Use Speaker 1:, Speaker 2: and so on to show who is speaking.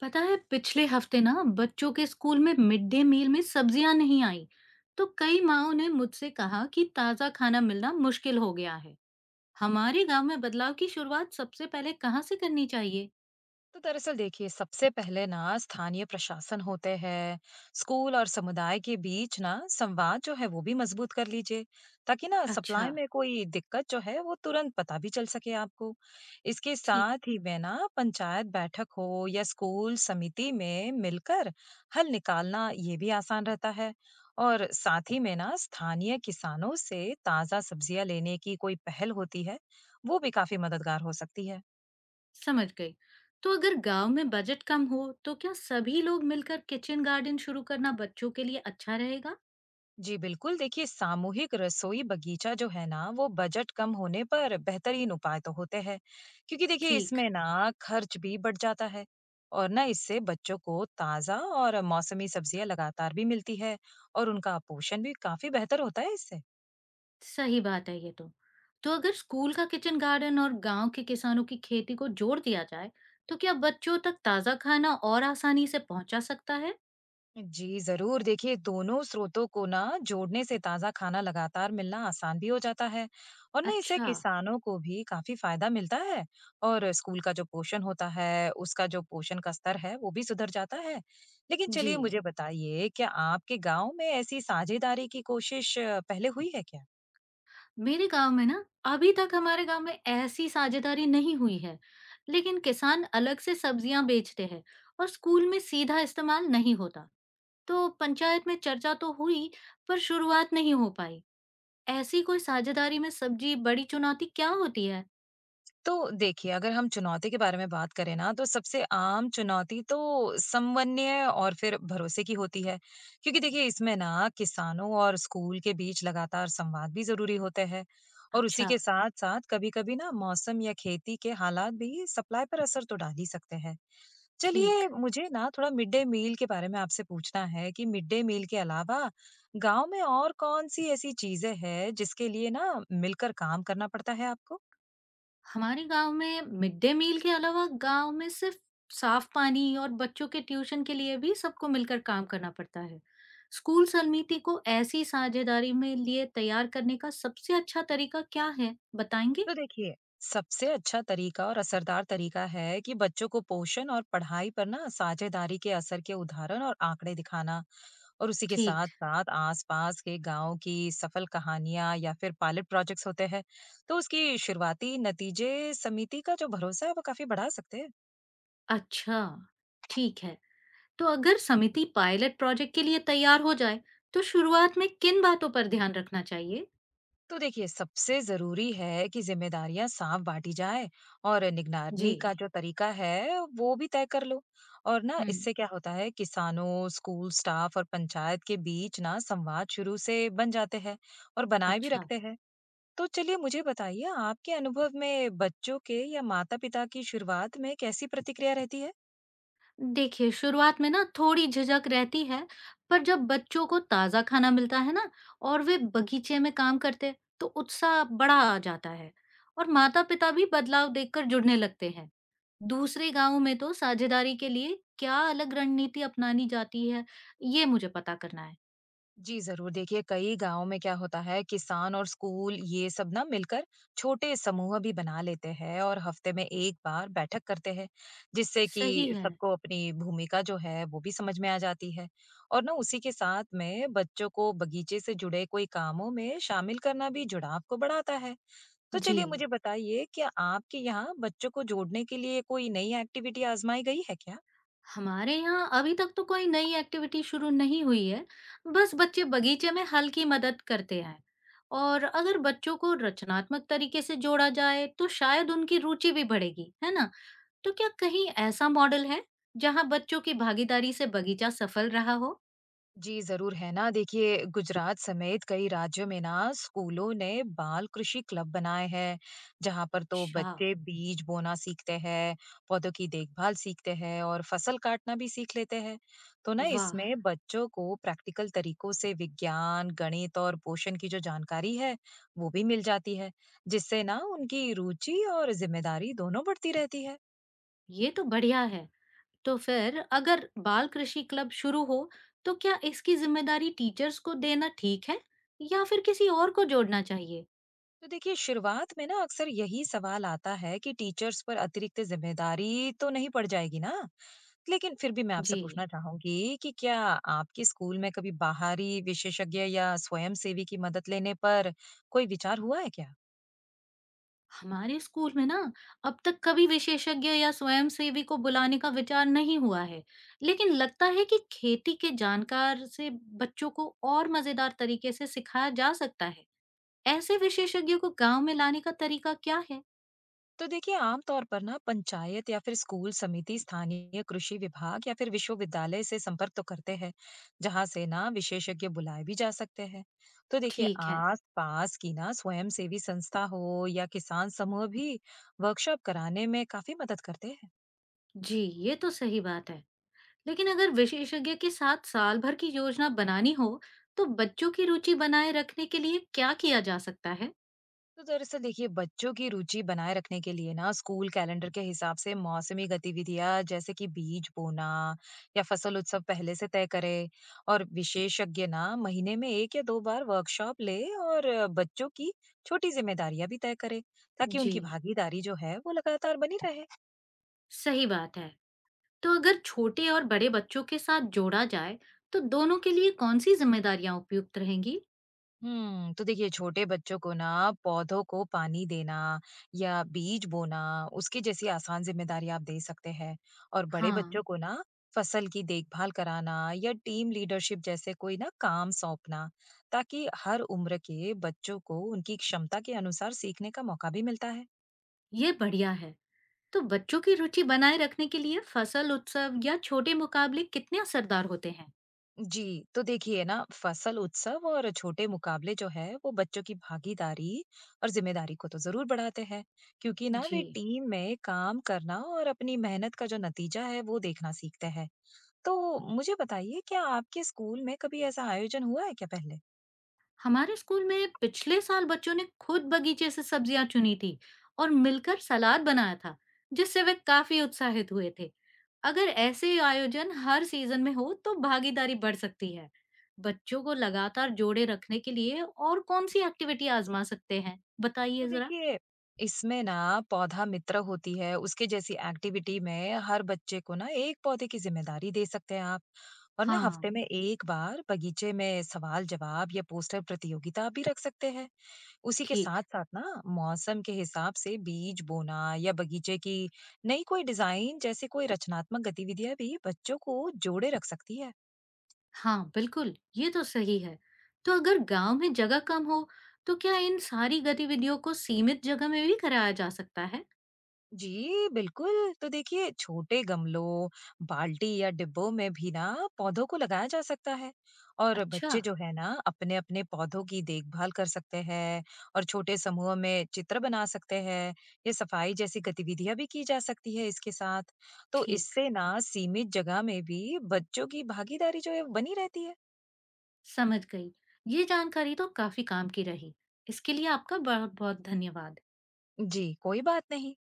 Speaker 1: पता है, पिछले हफ्ते ना बच्चों के स्कूल में मिड डे मील में सब्जियां नहीं आई। तो कई माओ ने मुझसे कहा कि ताजा खाना मिलना मुश्किल हो गया है। हमारे गांव में बदलाव की शुरुआत सबसे पहले कहाँ से करनी चाहिए?
Speaker 2: तो दरअसल देखिए, सबसे पहले ना स्थानीय प्रशासन होते हैं। स्कूल और समुदाय के बीच ना संवाद जो है वो भी मजबूत कर लीजिए, ताकि ना
Speaker 1: अच्छा।
Speaker 2: सप्लाई में कोई दिक्कत जो है वो तुरंत पता भी चल सके आपको। इसके
Speaker 1: ठीक।
Speaker 2: साथ ही में ना पंचायत बैठक हो या स्कूल समिति में मिलकर हल निकालना, ये भी आसान रहता है। और साथ ही में ना स्थानीय किसानों से ताजा सब्जियां लेने की कोई पहल होती है, वो भी काफी मददगार हो सकती है।
Speaker 1: समझ गई। तो अगर गांव में बजट कम हो, तो क्या सभी लोग मिलकर किचन गार्डन शुरू करना बच्चों के लिए अच्छा रहेगा?
Speaker 2: जी बिल्कुल, देखिए, सामूहिक रसोई बगीचा जो है ना, वो बजट कम होने पर बेहतरीन उपाय तो होते हैं। क्योंकि देखिए,
Speaker 1: ठीक।
Speaker 2: इसमें ना खर्च भी बढ़ जाता है। और ना इससे बच्चों को ताजा और मौसमी सब्जियां लगातार भी मिलती है, और उनका पोषण भी काफी बेहतर होता है इससे।
Speaker 1: सही बात है ये तो। तो अगर स्कूल का किचन गार्डन और गाँव के किसानों की खेती को जोड़ दिया जाए, तो क्या बच्चों तक ताज़ा खाना और आसानी से पहुँचा सकता है?
Speaker 2: जी, ज़रूर। देखिए, दोनों स्रोतों को ना जोड़ने से ताज़ा खाना लगातार मिलना आसान भी हो जाता है, और ना इससे
Speaker 1: अच्छा।
Speaker 2: किसानों को भी काफ़ी फ़ायदा मिलता है। और स्कूल का जो पोषण होता है, उसका जो पोषण का स्तर है, वो भी सुधर जाता है। लेकिन
Speaker 1: जी।
Speaker 2: चलिए मुझे बताइए, क्या आपके गाँव में ऐसी साझेदारी की कोशिश पहले हुई है क्या?
Speaker 1: मेरे गाँव में ना अभी तक हमारे गाँव में ऐसी साझेदारी नहीं हुई है, लेकिन किसान अलग से सब्जियाँ बेचते हैं और स्कूल में सीधा इस्तेमाल नहीं होता। तो पंचायत में चर्चा तो हुई, पर शुरुआत नहीं हो पाई। ऐसी कोई साझेदारी में सब्जी बड़ी चुनौती क्या होती है?
Speaker 2: तो देखिए, अगर हम चुनौती के बारे में बात करें ना, तो सबसे आम चुनौती तो समन्वय और फिर भरोसे की होती है। क्योंकि देखिए, इसमें ना किसानों और स्कूल के बीच लगातार संवाद भी ज़रूरी होते हैं। और उसी
Speaker 1: अच्छा।
Speaker 2: के साथ-साथ कभी-कभी ना मौसम या खेती के हालात भी सप्लाई पर असर तो डाल ही सकते हैं। चलिए,
Speaker 1: ठीक।
Speaker 2: मुझे ना थोड़ा मिड डे मील के बारे में आपसे पूछना है कि मिड डे मील के अलावा गाँव में और कौन-सी ऐसी चीज़ें हैं, जिसके लिए ना मिलकर काम करना पड़ता है आपको?
Speaker 1: हमारे गांव में मिड डे मील के अलावा गांव में सिर्फ साफ पानी और बच्चों के ट्यूशन के लिए भी सबको मिलकर काम करना पड़ता है। स्कूल समिति को ऐसी साझेदारी में लिए तैयार करने का सबसे अच्छा तरीका क्या है, बताएंगे?
Speaker 2: तो देखिए, सबसे अच्छा तरीका और असरदार तरीका है कि बच्चों को पोषण और पढ़ाई पर ना साझेदारी के असर के उदाहरण और आंकड़े दिखाना। और उसी के
Speaker 1: ठीक।
Speaker 2: साथ साथ आसपास के गांव की सफल कहानियां या फिर पायलट प्रोजेक्ट्स होते हैं, तो उसकी शुरुआती नतीजे समिति का जो भरोसा है वो काफी बढ़ा सकते हैं।
Speaker 1: अच्छा। ठीक है। तो अगर समिति पायलट प्रोजेक्ट के लिए तैयार हो जाए, तो शुरुआत में किन बातों पर ध्यान रखना चाहिए?
Speaker 2: तो देखिए, सबसे जरूरी है कि जिम्मेदारियां साफ बांटी जाए, और
Speaker 1: जी।
Speaker 2: निगरानी का जो तरीका है वो भी तय कर लो। और ना
Speaker 1: हम्म।
Speaker 2: इससे क्या होता है, किसानों, स्कूल स्टाफ और पंचायत के बीच ना संवाद शुरू से बन जाते हैं, और बनाए भी
Speaker 1: अच्छा।
Speaker 2: रखते हैं। तो चलिए मुझे बताइए, आपके अनुभव में बच्चों के या माता पिता की शुरुआत में कैसी प्रतिक्रिया रहती है?
Speaker 1: देखिए, शुरुआत में ना थोड़ी झिझक रहती है, पर जब बच्चों को ताज़ा खाना मिलता है ना और वे बगीचे में काम करते, तो उत्साह बड़ा आ जाता है और माता-पिता भी बदलाव देखकर जुड़ने लगते हैं। दूसरे गाँव में तो साझेदारी के लिए क्या अलग रणनीति अपनानी जाती है, ये मुझे पता करना है।
Speaker 2: जी जरूर, देखिए, कई गांव में क्या होता है, किसान और स्कूल ये सब ना मिलकर छोटे समूह भी बना लेते हैं, और हफ्ते में एक बार बैठक करते हैं, जिससे कि
Speaker 1: सही है।
Speaker 2: सबको अपनी भूमिका जो है वो भी समझ में आ जाती है। और ना उसी के साथ में बच्चों को बगीचे से जुड़े कोई कामों में शामिल करना भी जुड़ाव को बढ़ाता है। तो
Speaker 1: जी।
Speaker 2: चलिए मुझे बताइए, क्या आपके यहाँ बच्चों को जोड़ने के लिए कोई नई एक्टिविटी आजमाई गई है क्या?
Speaker 1: हमारे यहाँ अभी तक तो कोई नई एक्टिविटी शुरू नहीं हुई है, बस बच्चे बगीचे में हल्की मदद करते हैं। और अगर बच्चों को रचनात्मक तरीके से जोड़ा जाए, तो शायद उनकी रुचि भी बढ़ेगी, है ना? तो क्या कहीं ऐसा मॉडल है, जहाँ बच्चों की भागीदारी से बगीचा सफल रहा हो?
Speaker 2: जी, ज़रूर है ना। देखिए, गुजरात समेत कई राज्यों में ना स्कूलों ने बाल कृषि क्लब बनाए हैं, जहाँ पर तो
Speaker 1: अच्छा।
Speaker 2: बच्चे बीज बोना सीखते हैं, पौधों की देखभाल सीखते हैं और फसल काटना भी सीख लेते हैं। तो ना
Speaker 1: वाह!
Speaker 2: इसमें बच्चों को प्रैक्टिकल तरीकों से विज्ञान, गणित और पोषण की जो जानकारी है, वो भी मिल जाती है, जिससे ना उनकी रुचि और ज़िम्मेदारी दोनों बढ़ती रहती है।
Speaker 1: ये तो बढ़िया है। तो फिर अगर बाल कृषि क्लब शुरू हो, तो क्या इसकी जिम्मेदारी टीचर्स को देना ठीक है, या फिर किसी और को जोड़ना चाहिए?
Speaker 2: तो देखिए, शुरुआत में ना अक्सर यही सवाल आता है कि टीचर्स पर अतिरिक्त जिम्मेदारी तो नहीं पड़ जाएगी ना। लेकिन फिर भी मैं आपसे
Speaker 1: जी।
Speaker 2: पूछना चाहूंगी कि क्या आपके स्कूल में कभी बाहरी विशेषज्ञ या स्वयंसेवी की मदद लेने पर कोई विचार हुआ है क्या?
Speaker 1: हमारे स्कूल में ना अब तक कभी विशेषज्ञ या स्वयंसेवी को बुलाने का विचार नहीं हुआ है। लेकिन लगता है कि खेती के जानकार से बच्चों को और मजेदार तरीके से सिखाया जा सकता है। ऐसे विशेषज्ञों को गांव में लाने का तरीका क्या है?
Speaker 2: तो देखिए, आमतौर पर ना पंचायत या फिर स्कूल समिति स्थानीय कृषि विभाग या फिर विश्वविद्यालय से संपर्क तो करते हैं, जहां से ना विशेषज्ञ बुलाए भी जा सकते हैं। तो देखिए,
Speaker 1: ठीक है।
Speaker 2: आस पास की ना स्वयंसेवी संस्था हो या किसान समूह भी वर्कशॉप कराने में काफी मदद करते हैं।
Speaker 1: जी। ये तो सही बात है। लेकिन अगर विशेषज्ञ के साथ साल भर की योजना बनानी हो, तो बच्चों की रुचि बनाए रखने के लिए क्या किया जा सकता है?
Speaker 2: तो दरअसल देखिए, बच्चों की रुचि बनाए रखने के लिए ना स्कूल कैलेंडर के हिसाब से मौसमी गतिविधियां जैसे कि बीज बोना या फसल उत्सव पहले से तय करे, और विशेषज्ञ ना महीने में एक या दो बार वर्कशॉप ले, और बच्चों की छोटी जिम्मेदारियां भी तय करे, ताकि
Speaker 1: जी।
Speaker 2: उनकी भागीदारी जो है वो लगातार बनी रहे।
Speaker 1: सही बात है। तो अगर छोटे और बड़े बच्चों के साथ जोड़ा जाए, तो दोनों के लिए कौन सी जिम्मेदारियां उपयुक्त रहेंगी?
Speaker 2: हम्म, तो देखिए, छोटे बच्चों को ना पौधों को पानी देना या बीज बोना, उसकी जैसी आसान जिम्मेदारी आप दे सकते हैं। और बड़े बच्चों
Speaker 1: हाँ।
Speaker 2: को ना फसल की देखभाल कराना या टीम लीडरशिप जैसे कोई ना काम सौंपना, ताकि हर उम्र के बच्चों को उनकी क्षमता के अनुसार सीखने का मौका भी मिलता है।
Speaker 1: ये बढ़िया है। तो बच्चों की रुचि बनाए रखने के लिए फसल उत्सव या छोटे मुकाबले कितने असरदार होते हैं?
Speaker 2: जी, तो देखिए ना, फसल उत्सव और छोटे मुकाबले जो है वो बच्चों की भागीदारी और जिम्मेदारी को तो जरूर बढ़ाते हैं, क्योंकि ना
Speaker 1: जी।
Speaker 2: वे टीम में काम करना और अपनी मेहनत का जो नतीजा है वो देखना सीखते हैं। तो मुझे बताइए, क्या आपके स्कूल में कभी ऐसा आयोजन हुआ है क्या पहले?
Speaker 1: हमारे स्कूल में पिछले साल बच्चों ने खुद बगीचे से सब्जियां चुनी थी और मिलकर सलाद बनाया था, जिससे वे काफी उत्साहित हुए थे। अगर ऐसे आयोजन हर सीजन में हो तो भागीदारी बढ़ सकती है। बच्चों को लगातार जोड़े रखने के लिए और कौन सी एक्टिविटी आजमा सकते हैं,
Speaker 2: तो
Speaker 1: बताइए जरा।
Speaker 2: देखिए, इसमें ना पौधा मित्र होती है, उसके जैसी एक्टिविटी में हर बच्चे को ना एक पौधे की जिम्मेदारी दे सकते हैं आप। और ना हफ्ते
Speaker 1: हाँ।
Speaker 2: में एक बार बगीचे में सवाल-जवाब या पोस्टर प्रतियोगिता भी रख सकते हैं। उसी के
Speaker 1: ठीक।
Speaker 2: साथ-साथ ना मौसम के हिसाब से बीज बोना या बगीचे की नई कोई डिजाइन जैसे कोई रचनात्मक गतिविधियां भी बच्चों को जोड़े रख सकती है।
Speaker 1: हाँ, बिल्कुल, ये तो सही है। तो अगर गांव में जगह कम हो, तो क्या इन सारी गतिविधियों को सीमित जगह में भी कराया जा सकता है?
Speaker 2: जी बिल्कुल, तो देखिए, छोटे गमलों, बाल्टी या डिब्बों में भी ना पौधों को लगाया जा सकता है, और
Speaker 1: अच्छा।
Speaker 2: बच्चे जो है ना अपने अपने पौधों की देखभाल कर सकते हैं, और छोटे समूह में चित्र बना सकते हैं। ये सफाई जैसी गतिविधियां भी की जा सकती है इसके साथ। तो
Speaker 1: ठीक।
Speaker 2: इससे ना सीमित जगह में भी बच्चों की भागीदारी जो है बनी रहती है।
Speaker 1: समझ गई। ये जानकारी तो काफ़ी काम की रही। इसके लिए आपका बहुत-बहुत धन्यवाद।
Speaker 2: जी, कोई बात नहीं।